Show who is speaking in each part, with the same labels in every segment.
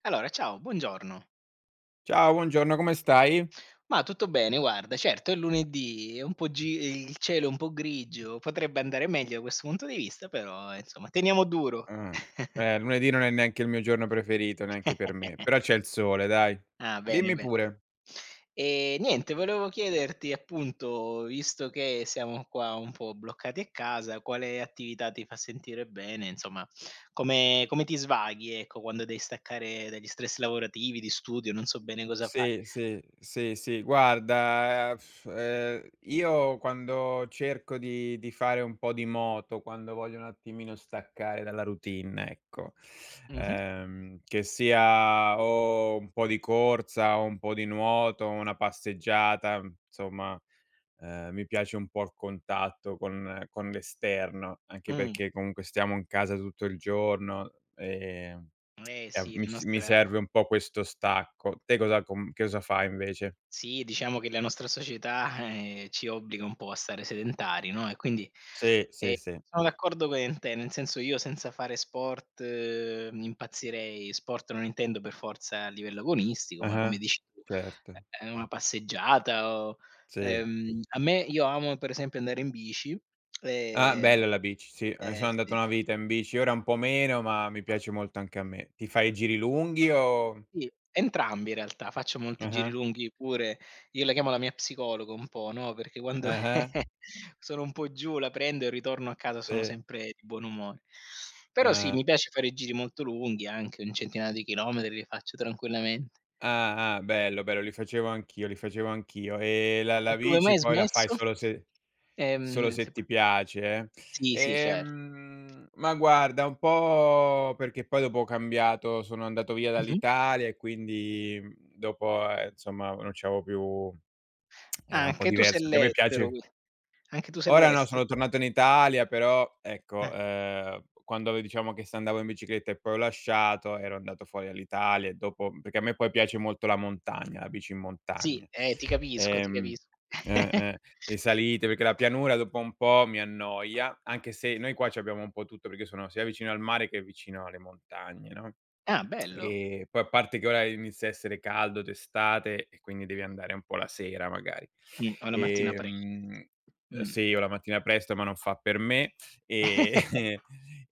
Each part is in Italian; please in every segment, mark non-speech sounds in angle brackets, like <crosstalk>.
Speaker 1: Allora, ciao, buongiorno.
Speaker 2: Ciao, buongiorno, come stai?
Speaker 1: Ma tutto bene, guarda, certo, è lunedì, è un po' gi il cielo è un po' grigio, potrebbe andare meglio da questo punto di vista, però insomma teniamo duro.
Speaker 2: Mh, lunedì non è neanche il mio giorno preferito, neanche per me, però c'è il sole dai.
Speaker 1: Ah, bene,
Speaker 2: Dimmi
Speaker 1: bene.
Speaker 2: pure.
Speaker 1: E niente, volevo chiederti appunto, visto che siamo qua un po' bloccati a casa, quale attività ti fa sentire bene, insomma, come ti svaghi, ecco, quando devi staccare dagli stress lavorativi, di studio, non so bene cosa fare.
Speaker 2: Sì, sì, sì, sì. Guarda, io quando cerco di fare un po' di moto, quando voglio un attimino staccare dalla routine, ecco,
Speaker 1: Mh-mh.
Speaker 2: che sia o un po' di corsa o un po' di nuoto, una passeggiata, insomma, mi piace un po' il contatto con l'esterno, anche
Speaker 1: Mh.
Speaker 2: perché comunque stiamo in casa tutto il giorno,
Speaker 1: Eh
Speaker 2: e a
Speaker 1: sì.
Speaker 2: mi
Speaker 1: la
Speaker 2: s mi
Speaker 1: nostra
Speaker 2: serve un po' questo stacco. Te cosa com che cosa fai invece?
Speaker 1: Sì, diciamo che la nostra società, ci obbliga un po' a stare sedentari, no, e quindi
Speaker 2: Sì, sì, sì.
Speaker 1: sono d'accordo con te, nel senso io senza fare sport impazzirei. Sport non intendo per forza a livello agonistico, ma come
Speaker 2: Ah-ah.
Speaker 1: dici tu,
Speaker 2: Certo,
Speaker 1: una passeggiata o
Speaker 2: sì.
Speaker 1: a me io amo per esempio andare in bici,
Speaker 2: Ah,
Speaker 1: ehm
Speaker 2: bella la bici, sì. Sono
Speaker 1: eh
Speaker 2: andato
Speaker 1: sì.
Speaker 2: una vita in bici, ora un po' meno, ma mi piace molto anche a me. Ti fai i giri lunghi o
Speaker 1: Sì, entrambi in realtà, faccio molti giri
Speaker 2: ah-ah,
Speaker 1: lunghi pure. Io la chiamo la mia psicologa un po', no, perché quando
Speaker 2: ah-ah,
Speaker 1: <laughs> sono un po' giù la prendo e ritorno a casa sono
Speaker 2: sì,
Speaker 1: sempre di buon umore. Però sì,
Speaker 2: ah.
Speaker 1: mi piace fare giri molto lunghi, anche un centinaio di chilometri li faccio tranquillamente.
Speaker 2: Ah, ah, bello, bello, li facevo anch'io, li facevo anch'io. E la
Speaker 1: E
Speaker 2: la
Speaker 1: come mai
Speaker 2: bici
Speaker 1: hai
Speaker 2: poi la fai
Speaker 1: smesso?
Speaker 2: solo se solo
Speaker 1: Se
Speaker 2: se
Speaker 1: p
Speaker 2: ti piace?
Speaker 1: sì, sì,
Speaker 2: Eh.
Speaker 1: certo.
Speaker 2: Ma guarda, un po' perché poi dopo ho cambiato, sono andato via
Speaker 1: Mh-mh.
Speaker 2: dall'Italia e quindi, dopo, insomma non c'avevo più era
Speaker 1: Ah,
Speaker 2: un po' diverso, che a me piace
Speaker 1: anche tu sei
Speaker 2: ora no,
Speaker 1: all'estero?
Speaker 2: sono tornato in Italia, però
Speaker 1: Eh,
Speaker 2: ecco, quando diciamo che se andavo in bicicletta e poi ho lasciato, ero andato fuori all'Italia e dopo perché a me poi piace molto la montagna, la bici in
Speaker 1: sì,
Speaker 2: montagna.
Speaker 1: ti capisco, ti
Speaker 2: Ehm
Speaker 1: capisco.
Speaker 2: eh,
Speaker 1: <laughs>
Speaker 2: eh, le salite, perché la pianura dopo un po' mi annoia, anche se noi qua c'abbiamo un po' tutto, perché sono sia vicino al mare che vicino alle montagne, no?
Speaker 1: Ah, bello.
Speaker 2: E poi a parte che ora inizia a essere caldo d'estate e quindi devi andare un po' la sera magari.
Speaker 1: O la mattina pre
Speaker 2: Ehm,
Speaker 1: mh.
Speaker 2: sì, o la mattina presto, ma non fa per me. E
Speaker 1: <laughs>
Speaker 2: <laughs>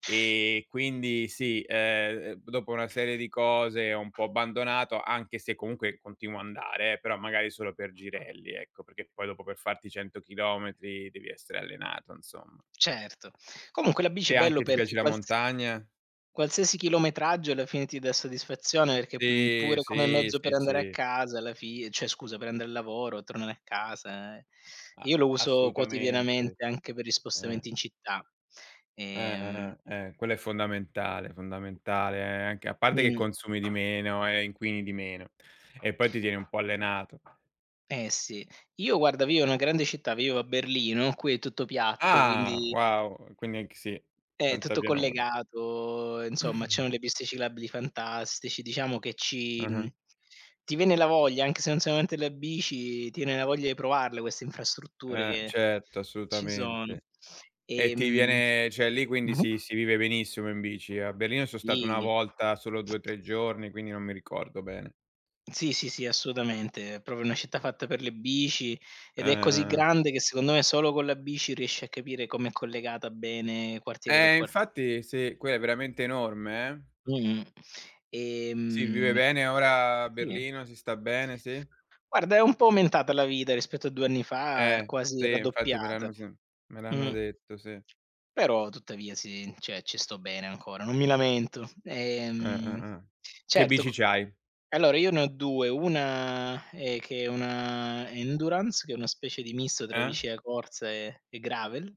Speaker 2: e quindi sì, dopo una serie di cose ho un po' abbandonato, anche se comunque continuo a andare però magari solo per girelli, ecco, perché poi dopo per farti 100 chilometri devi essere allenato, insomma.
Speaker 1: Certo. Comunque la bici è
Speaker 2: Te
Speaker 1: bello
Speaker 2: anche ti
Speaker 1: perché
Speaker 2: piace la montagna?
Speaker 1: qualsiasi chilometraggio alla fine ti dà soddisfazione perché,
Speaker 2: Sì,
Speaker 1: pure come
Speaker 2: sì,
Speaker 1: mezzo
Speaker 2: sì,
Speaker 1: per andare a
Speaker 2: sì.
Speaker 1: casa alla fi cioè scusa, per andare al lavoro, tornare a casa, io
Speaker 2: A
Speaker 1: lo uso
Speaker 2: assolutamente.
Speaker 1: quotidianamente anche per gli
Speaker 2: Eh.
Speaker 1: spostamenti in città. Ehm
Speaker 2: Quello è fondamentale, fondamentale, anche a parte che
Speaker 1: mh,
Speaker 2: consumi di meno e inquini di meno e poi ti tieni un po' allenato.
Speaker 1: eh sì. Io guarda vivo in una grande città, vivo a Berlino, qui è tutto piatto,
Speaker 2: Ah,
Speaker 1: quindi
Speaker 2: wow, quindi anche sì, tanta
Speaker 1: Tutto
Speaker 2: pianura.
Speaker 1: collegato, insomma c'erano le piste ciclabili fantastici, diciamo che
Speaker 2: Ah-ah.
Speaker 1: ti viene la voglia, anche se non sei amante della bici, ti viene la voglia di provarle queste infrastrutture che
Speaker 2: Certo,
Speaker 1: ci sono.
Speaker 2: assolutamente. E ti
Speaker 1: Ehm
Speaker 2: viene cioè lì quindi
Speaker 1: mh-mh,
Speaker 2: si vive benissimo in bici. A Berlino so stato una
Speaker 1: sì.
Speaker 2: volta solo 2, 3 giorni, quindi non mi ricordo bene.
Speaker 1: Sì, sì, sì, assolutamente. È proprio una città fatta per le bici ed è così
Speaker 2: Eh.
Speaker 1: grande che secondo me solo con la bici riesci a capire com'è collegata bene quartiere per quartiere.
Speaker 2: Infatti sì, quella è veramente enorme, eh.
Speaker 1: Mh-mh.
Speaker 2: Sì, vive
Speaker 1: Ehm
Speaker 2: bene ora a
Speaker 1: sì.
Speaker 2: Berlino, si sta bene, sì.
Speaker 1: Guarda, è un po' aumentata la vita rispetto a 2 anni fa, è
Speaker 2: Eh,
Speaker 1: quasi
Speaker 2: sì, infatti me
Speaker 1: raddoppiata.
Speaker 2: l'hanno sì, me l'hanno
Speaker 1: Mh.
Speaker 2: detto, sì.
Speaker 1: Però tuttavia sì, cioè ci sto bene ancora, non mi lamento.
Speaker 2: Eh. Che
Speaker 1: Certo,
Speaker 2: bici
Speaker 1: c
Speaker 2: c'hai?
Speaker 1: allora io ne ho 2, una, che è una endurance, che è una specie di misto tra
Speaker 2: Eh?
Speaker 1: bici da corsa e gravel,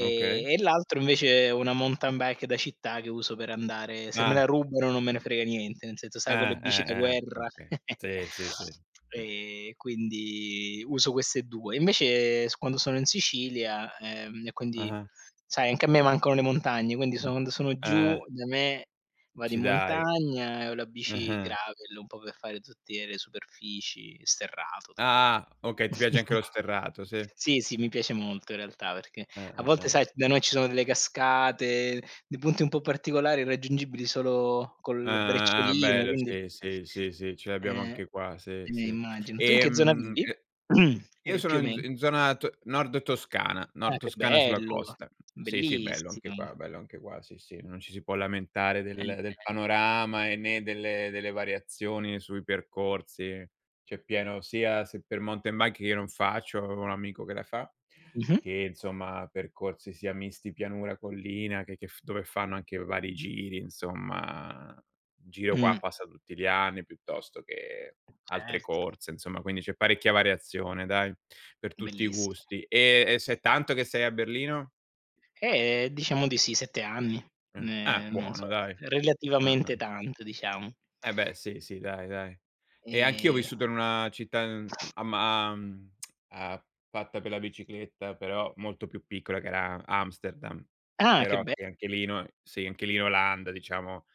Speaker 2: Okay.
Speaker 1: e l'altro invece è una mountain bike da città che uso per andare se me la
Speaker 2: Ah,
Speaker 1: rubano non me ne frega niente, nel senso sai quelle bici da guerra.
Speaker 2: okay. Sì, sì, sì.
Speaker 1: <laughs> Quindi uso queste 2. Invece, s quando sono in Sicilia, e quindi
Speaker 2: Ah-ah.
Speaker 1: sai, anche a me mancano le montagne, quindi so quando sono giù
Speaker 2: Eh,
Speaker 1: da me vado in
Speaker 2: ci dai.
Speaker 1: montagna e ho la bici
Speaker 2: Ah-ah.
Speaker 1: gravel, un po' per fare tutte le superfici, sterrato, tutte que
Speaker 2: Ah, okay, ti piace anche
Speaker 1: <laughs>
Speaker 2: lo sterrato, sì.
Speaker 1: sì, sì, mi piace molto in realtà, perché a volte
Speaker 2: Eh.
Speaker 1: sai da noi ci sono delle cascate, dei punti un po' particolari raggiungibili solo col
Speaker 2: Ah, ah, ah,
Speaker 1: brecciolino,
Speaker 2: bello,
Speaker 1: quindi
Speaker 2: sì, sì, sì, sì, ce l'abbiamo
Speaker 1: eh,
Speaker 2: anche qua, sì, sì.
Speaker 1: immagino. Tu in che zona vivi?
Speaker 2: E
Speaker 1: <clears throat>
Speaker 2: io sono
Speaker 1: Più o meno.
Speaker 2: in zona to
Speaker 1: Ah,
Speaker 2: nord
Speaker 1: che
Speaker 2: Toscana sulla
Speaker 1: bello,
Speaker 2: costa. Sì, sì,
Speaker 1: bellissimo.
Speaker 2: bello anche qua, sì, sì, non ci si può lamentare
Speaker 1: Eh.
Speaker 2: del panorama e né delle variazioni sui percorsi. C'è pieno sia se per mountain bike che io non faccio, avevo un amico che la fa,
Speaker 1: Mh-mh.
Speaker 2: che insomma percorsi sia misti pianura, collina, che f dove fanno anche vari giri, insomma, giro qua
Speaker 1: Mh,
Speaker 2: passa tutti gli anni piuttosto che altre
Speaker 1: certo,
Speaker 2: corse, insomma, quindi c'è parecchia variazione dai, per tutti i
Speaker 1: bellissimo.
Speaker 2: gusti. Se è tanto che sei a Berlino?
Speaker 1: Diciamo di sì, 7 anni,
Speaker 2: Ah,
Speaker 1: non
Speaker 2: buono
Speaker 1: so,
Speaker 2: dai.
Speaker 1: relativamente
Speaker 2: Mh-mh.
Speaker 1: tanto diciamo.
Speaker 2: Eh beh, sì, sì, dai, dai. E anch'io ho
Speaker 1: Ehm
Speaker 2: vissuto in una città, mhmm, a ma mhmm, a fatta per la bicicletta, però molto più piccola che era Amsterdam.
Speaker 1: ah, che
Speaker 2: Però
Speaker 1: be
Speaker 2: sì, anche lì noi sì, anche lì in Olanda, diciamo,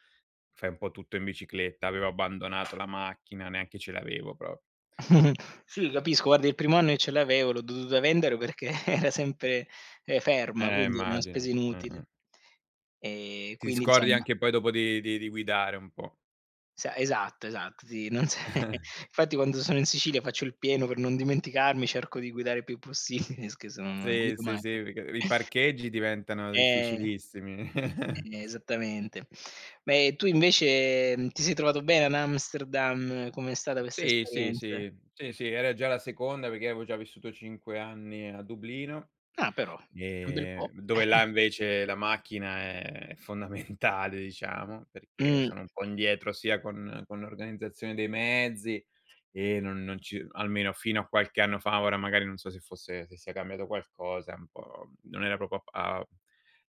Speaker 2: fai un po' tutto in bicicletta. Avevo abbandonato la macchina, neanche ce l'avevo proprio.
Speaker 1: <laughs> sì, capisco, guarda il primo anno che ce l'avevo l'ho dovuta vendere perché <laughs> era sempre, ferma, quindi era una
Speaker 2: Immagino.
Speaker 1: spesa
Speaker 2: Mh-mh.
Speaker 1: inutile.
Speaker 2: Ti
Speaker 1: Quindi
Speaker 2: scordi
Speaker 1: insomma
Speaker 2: anche poi dopo di guidare un po'.
Speaker 1: sa esatto, esatto, sì, non se <laughs> infatti quando sono in Sicilia faccio il pieno per non dimenticarmi, cerco di guidare il più possibile, <laughs> scherzo, non
Speaker 2: Sì,
Speaker 1: guido
Speaker 2: sì,
Speaker 1: mai. Pra
Speaker 2: sì, perché i parcheggi diventano
Speaker 1: Eh.
Speaker 2: difficilissimi. <laughs>
Speaker 1: Esattamente. Beh, tu invece, ti sei trovato bene ad Amsterdam? Com'è stata questa
Speaker 2: Sì, sì,
Speaker 1: esperienza?
Speaker 2: sì, sì, sì, era già la seconda perché avevo già vissuto 5 anni a Dublino,
Speaker 1: Ah, però, un bel po'.
Speaker 2: dove là
Speaker 1: <laughs>
Speaker 2: invece la macchina è fondamentale diciamo, perché
Speaker 1: Mh.
Speaker 2: sono un po' indietro sia con l'organizzazione dei mezzi e non ci almeno fino a qualche anno fa, ora magari non so se fosse se sia cambiato qualcosa, un po' non era proprio a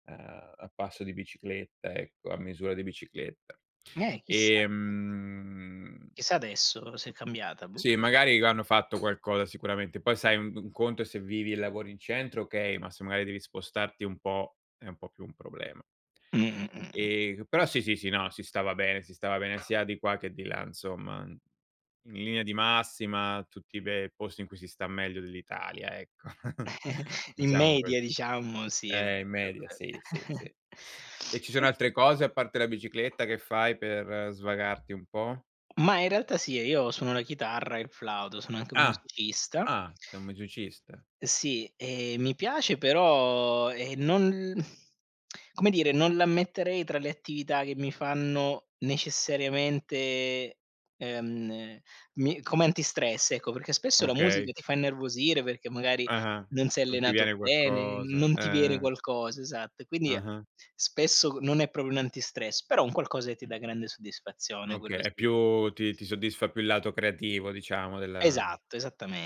Speaker 2: a ehm, a passo di bicicletta, ecco, a misura di bicicletta.
Speaker 1: Chissà, infatti.
Speaker 2: Ehm
Speaker 1: Chissà adesso se è cambiata, boh.
Speaker 2: sì, magari hanno fatto qualcosa sicuramente. Poi sai, un conto è se vivi e lavori in centro, okay, ma se magari devi spostarti un po', è un po' più un problema.
Speaker 1: Mh, mh, mh, mh.
Speaker 2: Però sì, sì, sì, no, si stava bene sia di qua che di là, insomma. In linea di massima, tutti i bei posti in cui si sta meglio dell'Italia, ecco. <laughs>
Speaker 1: <laughs> In
Speaker 2: Diciamo così.
Speaker 1: media diciamo, sì, è
Speaker 2: In
Speaker 1: vero,
Speaker 2: media
Speaker 1: è
Speaker 2: sì, sì,
Speaker 1: vero.
Speaker 2: sì.
Speaker 1: <laughs>
Speaker 2: E ci sono
Speaker 1: E
Speaker 2: altre cose, a parte la bicicletta, che fai per svagarti un po'?
Speaker 1: ma in realtà sì, io suono la chitarra e il flauto, sono anche un
Speaker 2: Ah,
Speaker 1: musicista.
Speaker 2: ah, sei un musicista.
Speaker 1: Sì, mi piace però, non <laughs> come dire, non la metterei tra le attività che mi fanno necessariamente, ehm, mi come antistress, ecco, perché spesso la musica
Speaker 2: Okay.
Speaker 1: ti fa innervosire perché magari
Speaker 2: Ah-ah.
Speaker 1: non sei
Speaker 2: Non ti
Speaker 1: allenato
Speaker 2: viene
Speaker 1: bene,
Speaker 2: qualcosa.
Speaker 1: non ti viene qualcosa, esatto. E quindi
Speaker 2: Ah-ah.
Speaker 1: spesso non è proprio un antistress, però un qualcosa che ti dà grande soddisfazione,
Speaker 2: Okay,
Speaker 1: quello
Speaker 2: è
Speaker 1: sì.
Speaker 2: più ti soddisfa più il lato creativo diciamo della
Speaker 1: Esatto,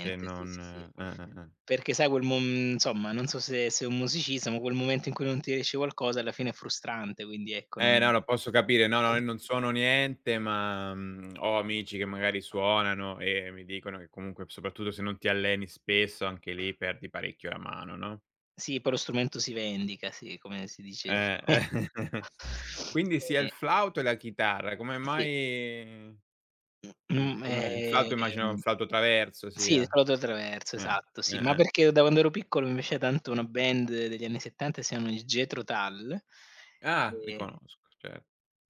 Speaker 2: che
Speaker 1: sì,
Speaker 2: non
Speaker 1: sì, sì.
Speaker 2: eh.
Speaker 1: Perché sai quel mom insomma, non so se sei un musicista, ma quel momento in cui non ti riesce qualcosa alla fine è frustrante, quindi ecco non. <laughs>
Speaker 2: Eh no, lo posso capire. No, no, io
Speaker 1: <unintelligible>
Speaker 2: non suono niente, ma, ho amici che magari suonano e mi dicono che comunque, soprattutto se non ti alleni spesso, anche lì perdi parecchio la mano, no?
Speaker 1: Sì, poi lo strumento si vendica, sì, come si dice.
Speaker 2: Eh. <laughs>
Speaker 1: <laughs>
Speaker 2: Quindi sia
Speaker 1: Ehm,
Speaker 2: il flauto e la chitarra, come
Speaker 1: sì,
Speaker 2: mai
Speaker 1: mhmm,
Speaker 2: il flauto immaginavo un
Speaker 1: ehm,
Speaker 2: flauto traverso
Speaker 1: sì, il
Speaker 2: sia.
Speaker 1: Flauto Traverso,
Speaker 2: Eh,
Speaker 1: esatto, sì, ma
Speaker 2: eh-eh.
Speaker 1: perché da quando ero piccolo mi piaceva tanto una band degli anni '70 che si chiamano i Jethro Tull.
Speaker 2: Ah, li
Speaker 1: ehm
Speaker 2: conosco, cer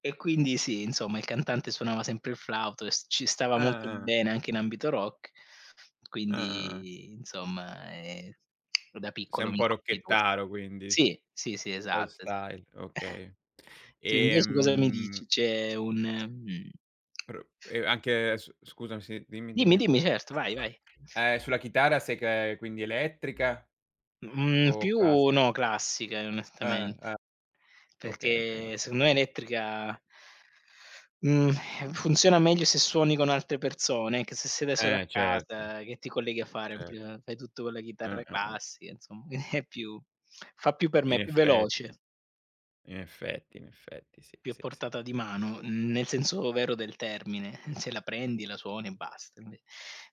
Speaker 1: E quindi sì, insomma, il cantante suonava sempre il flauto e s ci stava molto
Speaker 2: ah-ah,
Speaker 1: bene anche in ambito rock,
Speaker 2: ah-ah.
Speaker 1: quindi insomma, da
Speaker 2: Sei
Speaker 1: piccolo
Speaker 2: un
Speaker 1: mi
Speaker 2: po'
Speaker 1: colpì quest
Speaker 2: rocchettaro quindi,
Speaker 1: sì, sì, sì,
Speaker 2: old
Speaker 1: esatto, esa
Speaker 2: style, okay.
Speaker 1: Tu invece cosa mi
Speaker 2: Ehm,
Speaker 1: dici?
Speaker 2: pro e anche s scusami, sì, dimmi,
Speaker 1: Dimmi,
Speaker 2: dimmi
Speaker 1: dimmi,
Speaker 2: pure.
Speaker 1: certo, vai, vai.
Speaker 2: Sulla chitarra sei che quindi elettrica
Speaker 1: Mhmm,
Speaker 2: o
Speaker 1: più
Speaker 2: clas
Speaker 1: no, classica
Speaker 2: eh,
Speaker 1: onestamente.
Speaker 2: eh, okay, okay,
Speaker 1: Perché
Speaker 2: okay.
Speaker 1: secondo me elettrica mhmm, funziona meglio se suoni con altre persone, che se siete solo a
Speaker 2: Certo,
Speaker 1: casa, che ti colleghi a fare un
Speaker 2: cer
Speaker 1: prima fai tutto con la chitarra
Speaker 2: eh.
Speaker 1: classica, insomma, <laughs> quindi è più fa più per me, è
Speaker 2: In
Speaker 1: più veloce,
Speaker 2: effetti, in effetti, in effetti, sì,
Speaker 1: più a
Speaker 2: sì, sì.
Speaker 1: portata di mano, nel senso vero del termine. <laughs> Se la prendi, la suoni e basta. Inve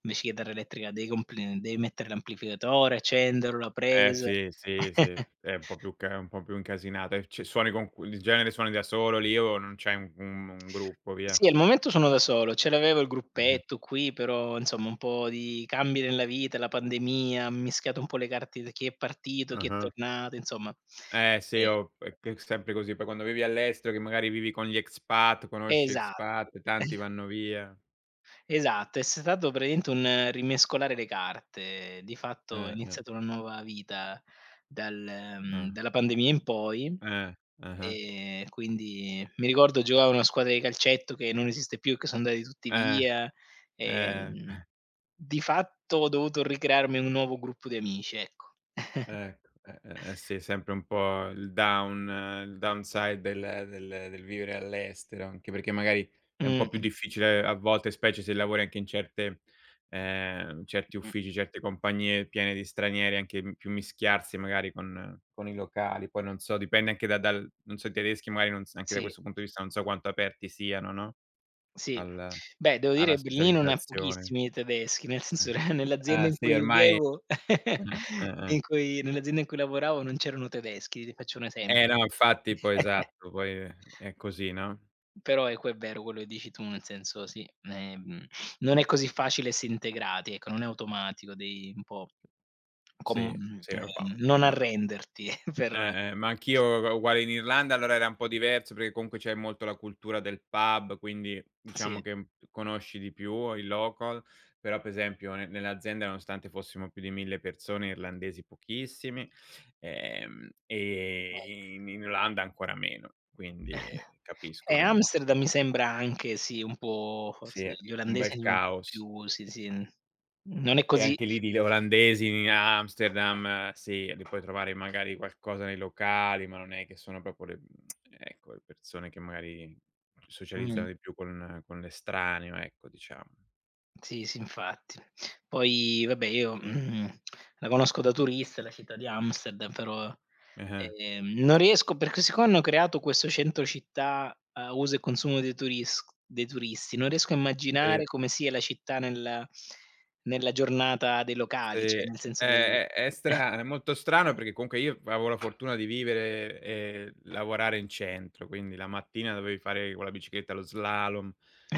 Speaker 1: invece chitarra elettrica devi mettere l'amplificatore, accenderlo, la
Speaker 2: Eh
Speaker 1: presa.
Speaker 2: sì, sì, sì,
Speaker 1: <laughs>
Speaker 2: è un po' più ca un po' più incasinata e c suoni con cu di genere suoni da solo lì o non c'hai un gruppo via.
Speaker 1: Sì, al momento sono da solo, ce l'avevo il
Speaker 2: Mh-mh.
Speaker 1: gruppetto qui, però insomma un po' di cambi nella vita, la pandemia, ha mischiato un po' le carte di chi è partito, chi è
Speaker 2: Ah-ah.
Speaker 1: tornato, insomma.
Speaker 2: Eh sì,
Speaker 1: E,
Speaker 2: o perché sempre così, poi quando vivi all'estero che magari vivi con gli expat, conosci
Speaker 1: esatto.
Speaker 2: expat, tanti vanno via.
Speaker 1: Esatto, è stato praticamente un rimescolare le carte. Di fatto è
Speaker 2: Eh, eh,
Speaker 1: iniziata una nuova vita dal mhmm,
Speaker 2: eh,
Speaker 1: dalla pandemia in poi,
Speaker 2: eh, ah-ah,
Speaker 1: quindi mi ricordo giocavo a una squadra di calcetto che non esiste più, che sono andati tutti via, ehm,
Speaker 2: eh.
Speaker 1: di fatto ho dovuto ricrearmi un nuovo gruppo di amici, ecco. <laughs>
Speaker 2: Ecco, sì, sempre un po' il down il downside del vivere all'estero, anche perché magari è un po' più
Speaker 1: Mh-mh,
Speaker 2: difficile a volte, specie se lavori anche in certe certi
Speaker 1: mh, mh,
Speaker 2: uffici, certe compagnie piene di stranieri, anche m più mischiarsi magari con i locali. Poi non so, dipende anche da dal non so i tedeschi magari non s anche da
Speaker 1: sì.
Speaker 2: questo punto di vista non so quanto aperti siano, no,
Speaker 1: Sì.
Speaker 2: al
Speaker 1: Beh, devo
Speaker 2: alla
Speaker 1: dire Berlino ne ha
Speaker 2: socializzazione.
Speaker 1: pochissimi di tedeschi, nel senso <laughs> che nell'azienda in
Speaker 2: Sì
Speaker 1: cui
Speaker 2: ormai
Speaker 1: vivevo <laughs>
Speaker 2: eh.
Speaker 1: in cui nell'azienda in cui lavoravo non c'erano tedeschi, ti faccio un
Speaker 2: Eh
Speaker 1: esempio.
Speaker 2: no, infatti poi
Speaker 1: <laughs>
Speaker 2: esatto, poi è così, no?
Speaker 1: Però ecco è vero quello che dici tu, nel senso sì, non è così facile essi integrati, ecco, non è automatico, devi un po'
Speaker 2: Sì, sì, un po'
Speaker 1: non
Speaker 2: ma
Speaker 1: arrenderti. <laughs> Per
Speaker 2: ma anch'io u uguale in Irlanda, allora era un po' diverso perché comunque c'è molto la cultura del pub, quindi
Speaker 1: sì,
Speaker 2: diciamo
Speaker 1: eh.
Speaker 2: che, conosci di più i local, però per esempio ne nell'azienda nonostante fossimo più di 1000 persone, irlandesi pochissimi, e in Irlanda ancora meno, quindi capisco benissimo,
Speaker 1: Amsterdam mi
Speaker 2: sì.
Speaker 1: sembra anche sì, un po'
Speaker 2: Sì,
Speaker 1: forse gli
Speaker 2: un
Speaker 1: olandesi
Speaker 2: bel
Speaker 1: sono un po'
Speaker 2: caos.
Speaker 1: più sì, sì, n non è
Speaker 2: E
Speaker 1: così
Speaker 2: anche lì di olandesi a Amsterdam, sì, li puoi trovare magari qualcosa nei locali, ma non è che sono proprio le <tsk> ecco, le persone che magari socializzano
Speaker 1: mh,
Speaker 2: di più con l'estraneo, ecco, diciamo.
Speaker 1: sì, sì, infatti. Poi vabbè io, la conosco da turista la città di Amsterdam, però,
Speaker 2: Eh-eh.
Speaker 1: non riesco perché siccome hanno creato questo centro città a uso e consumo dei turis dei turisti, non riesco a
Speaker 2: Sì.
Speaker 1: immaginare come sia la città nella giornata dei
Speaker 2: Sì,
Speaker 1: locali, cioè
Speaker 2: è
Speaker 1: nel senso dei.
Speaker 2: è è strano, è molto strano perché comunque io avevo la fortuna di vivere e lavorare in centro, quindi la mattina dovevi fare con la bicicletta lo slalom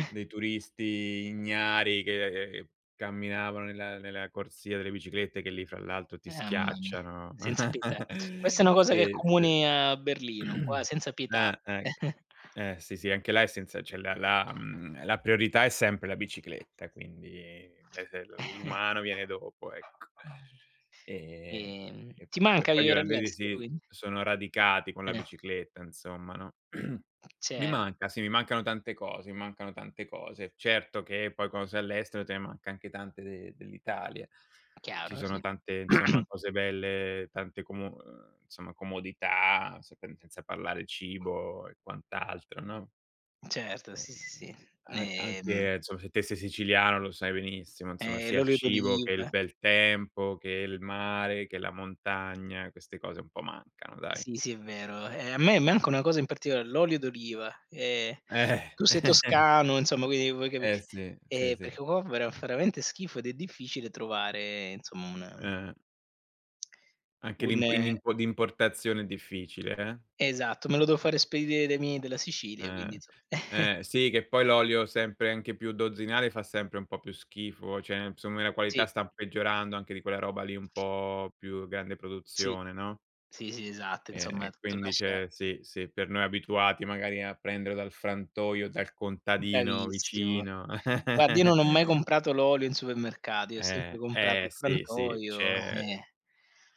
Speaker 2: dei turisti ignari che camminavano nella corsia delle biciclette che lì fra l'altro ti
Speaker 1: Mamma mia,
Speaker 2: schiacciano.
Speaker 1: senza pietà. Questa è
Speaker 2: <laughs>
Speaker 1: una cosa che è
Speaker 2: Sì, sì.
Speaker 1: comune a Berlino, qua senza pietà.
Speaker 2: Ecc
Speaker 1: <laughs>
Speaker 2: sì, sì, anche là è senza cioè la priorità è sempre la bicicletta, quindi le se l'umano viene dopo, ecco. Ehm, e
Speaker 1: Ti
Speaker 2: e
Speaker 1: manca
Speaker 2: poi gli
Speaker 1: vivere
Speaker 2: olandesi
Speaker 1: all'estero
Speaker 2: sì,
Speaker 1: quindi?
Speaker 2: sono radicati con la
Speaker 1: Eh,
Speaker 2: bicicletta, insomma, no. <clears throat> Mi
Speaker 1: cioè,
Speaker 2: manca, sì, mi mancano tante cose, mi mancano tante cose. Certo che poi quando sei all'estero te ne manca anche tante de dell'Italia. Ci
Speaker 1: chiaro,
Speaker 2: sono
Speaker 1: sì.
Speaker 2: tante, insomma,
Speaker 1: <clears throat> <coughs>
Speaker 2: cose belle, tante comu insomma, comodità, se pen senza parlare cibo e quant'altro, no,
Speaker 1: Certo, sì,
Speaker 2: ehm,
Speaker 1: sì, sì.
Speaker 2: a
Speaker 1: Ehm,
Speaker 2: anche insomma, se te sei siciliano lo sai benissimo, insomma, sia il
Speaker 1: l'olio
Speaker 2: cibo che il
Speaker 1: d'oliva.
Speaker 2: bel tempo, che il mare, che la montagna, queste cose un po' mancano, dai.
Speaker 1: Sì, sì, è vero. A me manca una cosa in particolare, l'olio d'oliva.
Speaker 2: Eh,
Speaker 1: Tu sei
Speaker 2: <laughs>
Speaker 1: toscano, insomma, quindi puoi capi
Speaker 2: eh sì, sì, sì.
Speaker 1: perché qua veramente schifo ed è difficile trovare, insomma, un
Speaker 2: Eh, anche
Speaker 1: un
Speaker 2: l'imp in imp l'importazione è difficile, eh.
Speaker 1: esatto, me lo devo fare spedire dai miei della Sicilia, quindi
Speaker 2: Eh.
Speaker 1: inso <laughs>
Speaker 2: Sì, che poi l'olio sempre anche più dozzinale fa sempre un po' più schifo, cioè insomma la
Speaker 1: sì,
Speaker 2: qualità sta peggiorando anche di quella roba lì un po' più grande
Speaker 1: sì,
Speaker 2: produzione, no,
Speaker 1: sì, sì, esatto, insomma
Speaker 2: e
Speaker 1: tutto
Speaker 2: quindi
Speaker 1: lascia.
Speaker 2: c'è sì, sì, per noi abituati magari a prendere dal frantoio, dal contadino
Speaker 1: Bravissimo.
Speaker 2: vicino.
Speaker 1: Guarda, io non ho mai
Speaker 2: <laughs>
Speaker 1: comprato l'olio in supermercato, io ho sempre comprato
Speaker 2: Eh
Speaker 1: il
Speaker 2: sì, sì,
Speaker 1: frantoio,
Speaker 2: c'è
Speaker 1: eh.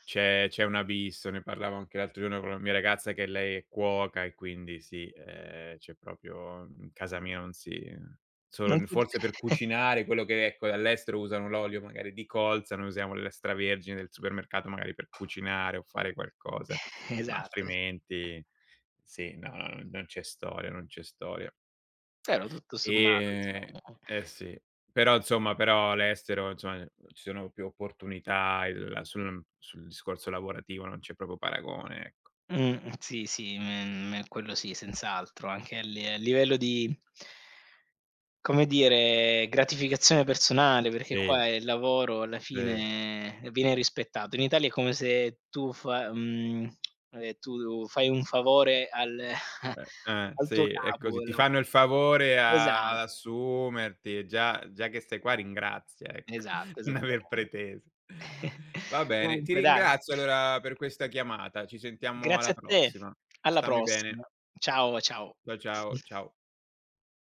Speaker 2: c'è c'è un abisso, ne parlavo anche l'altro giorno con la mia ragazza che lei è cuoca e quindi sì, c'è proprio in casa mia non si
Speaker 1: Non
Speaker 2: solo
Speaker 1: si t
Speaker 2: forse per
Speaker 1: <laughs>
Speaker 2: cucinare quello che ecco, all'estero usano l'olio magari di colza, noi usiamo l'estravergine del supermercato magari per cucinare o fare qualcosa, ma
Speaker 1: esatto.
Speaker 2: altrimenti sì, no, no, no, non c'è storia, non c'è storia.
Speaker 1: Però tutto sommato
Speaker 2: Ehm,
Speaker 1: diciamo
Speaker 2: eh sì, però insomma però all'estero insomma ci sono più opportunità, il sul discorso lavorativo non c'è proprio paragone, ecco.
Speaker 1: sì, sì, me quello sì, senz'altro, anche a livello di, come dire, gratificazione personale, perché
Speaker 2: Sì,
Speaker 1: qua il lavoro alla
Speaker 2: sì.
Speaker 1: fine viene rispettato. In Italia è come se tu tu fai un favore al <laughs> al tuo
Speaker 2: Sì, è
Speaker 1: capo,
Speaker 2: così.
Speaker 1: il
Speaker 2: Ti
Speaker 1: lavo
Speaker 2: fanno il favore
Speaker 1: Esa
Speaker 2: a ad assumerti e già che stai qua ringrazia, ecco,
Speaker 1: esatto,
Speaker 2: <laughs> non aver
Speaker 1: esattamente.
Speaker 2: pretese. Va
Speaker 1: <laughs>
Speaker 2: bene, ti
Speaker 1: Comunque dai,
Speaker 2: ringrazio allora per questa chiamata, ci sentiamo
Speaker 1: grazie
Speaker 2: alla
Speaker 1: a te,
Speaker 2: prossima.
Speaker 1: alla
Speaker 2: Stammi
Speaker 1: prossima.
Speaker 2: bene.
Speaker 1: Ciao, ciao.
Speaker 2: Ciao, ciao, ciao.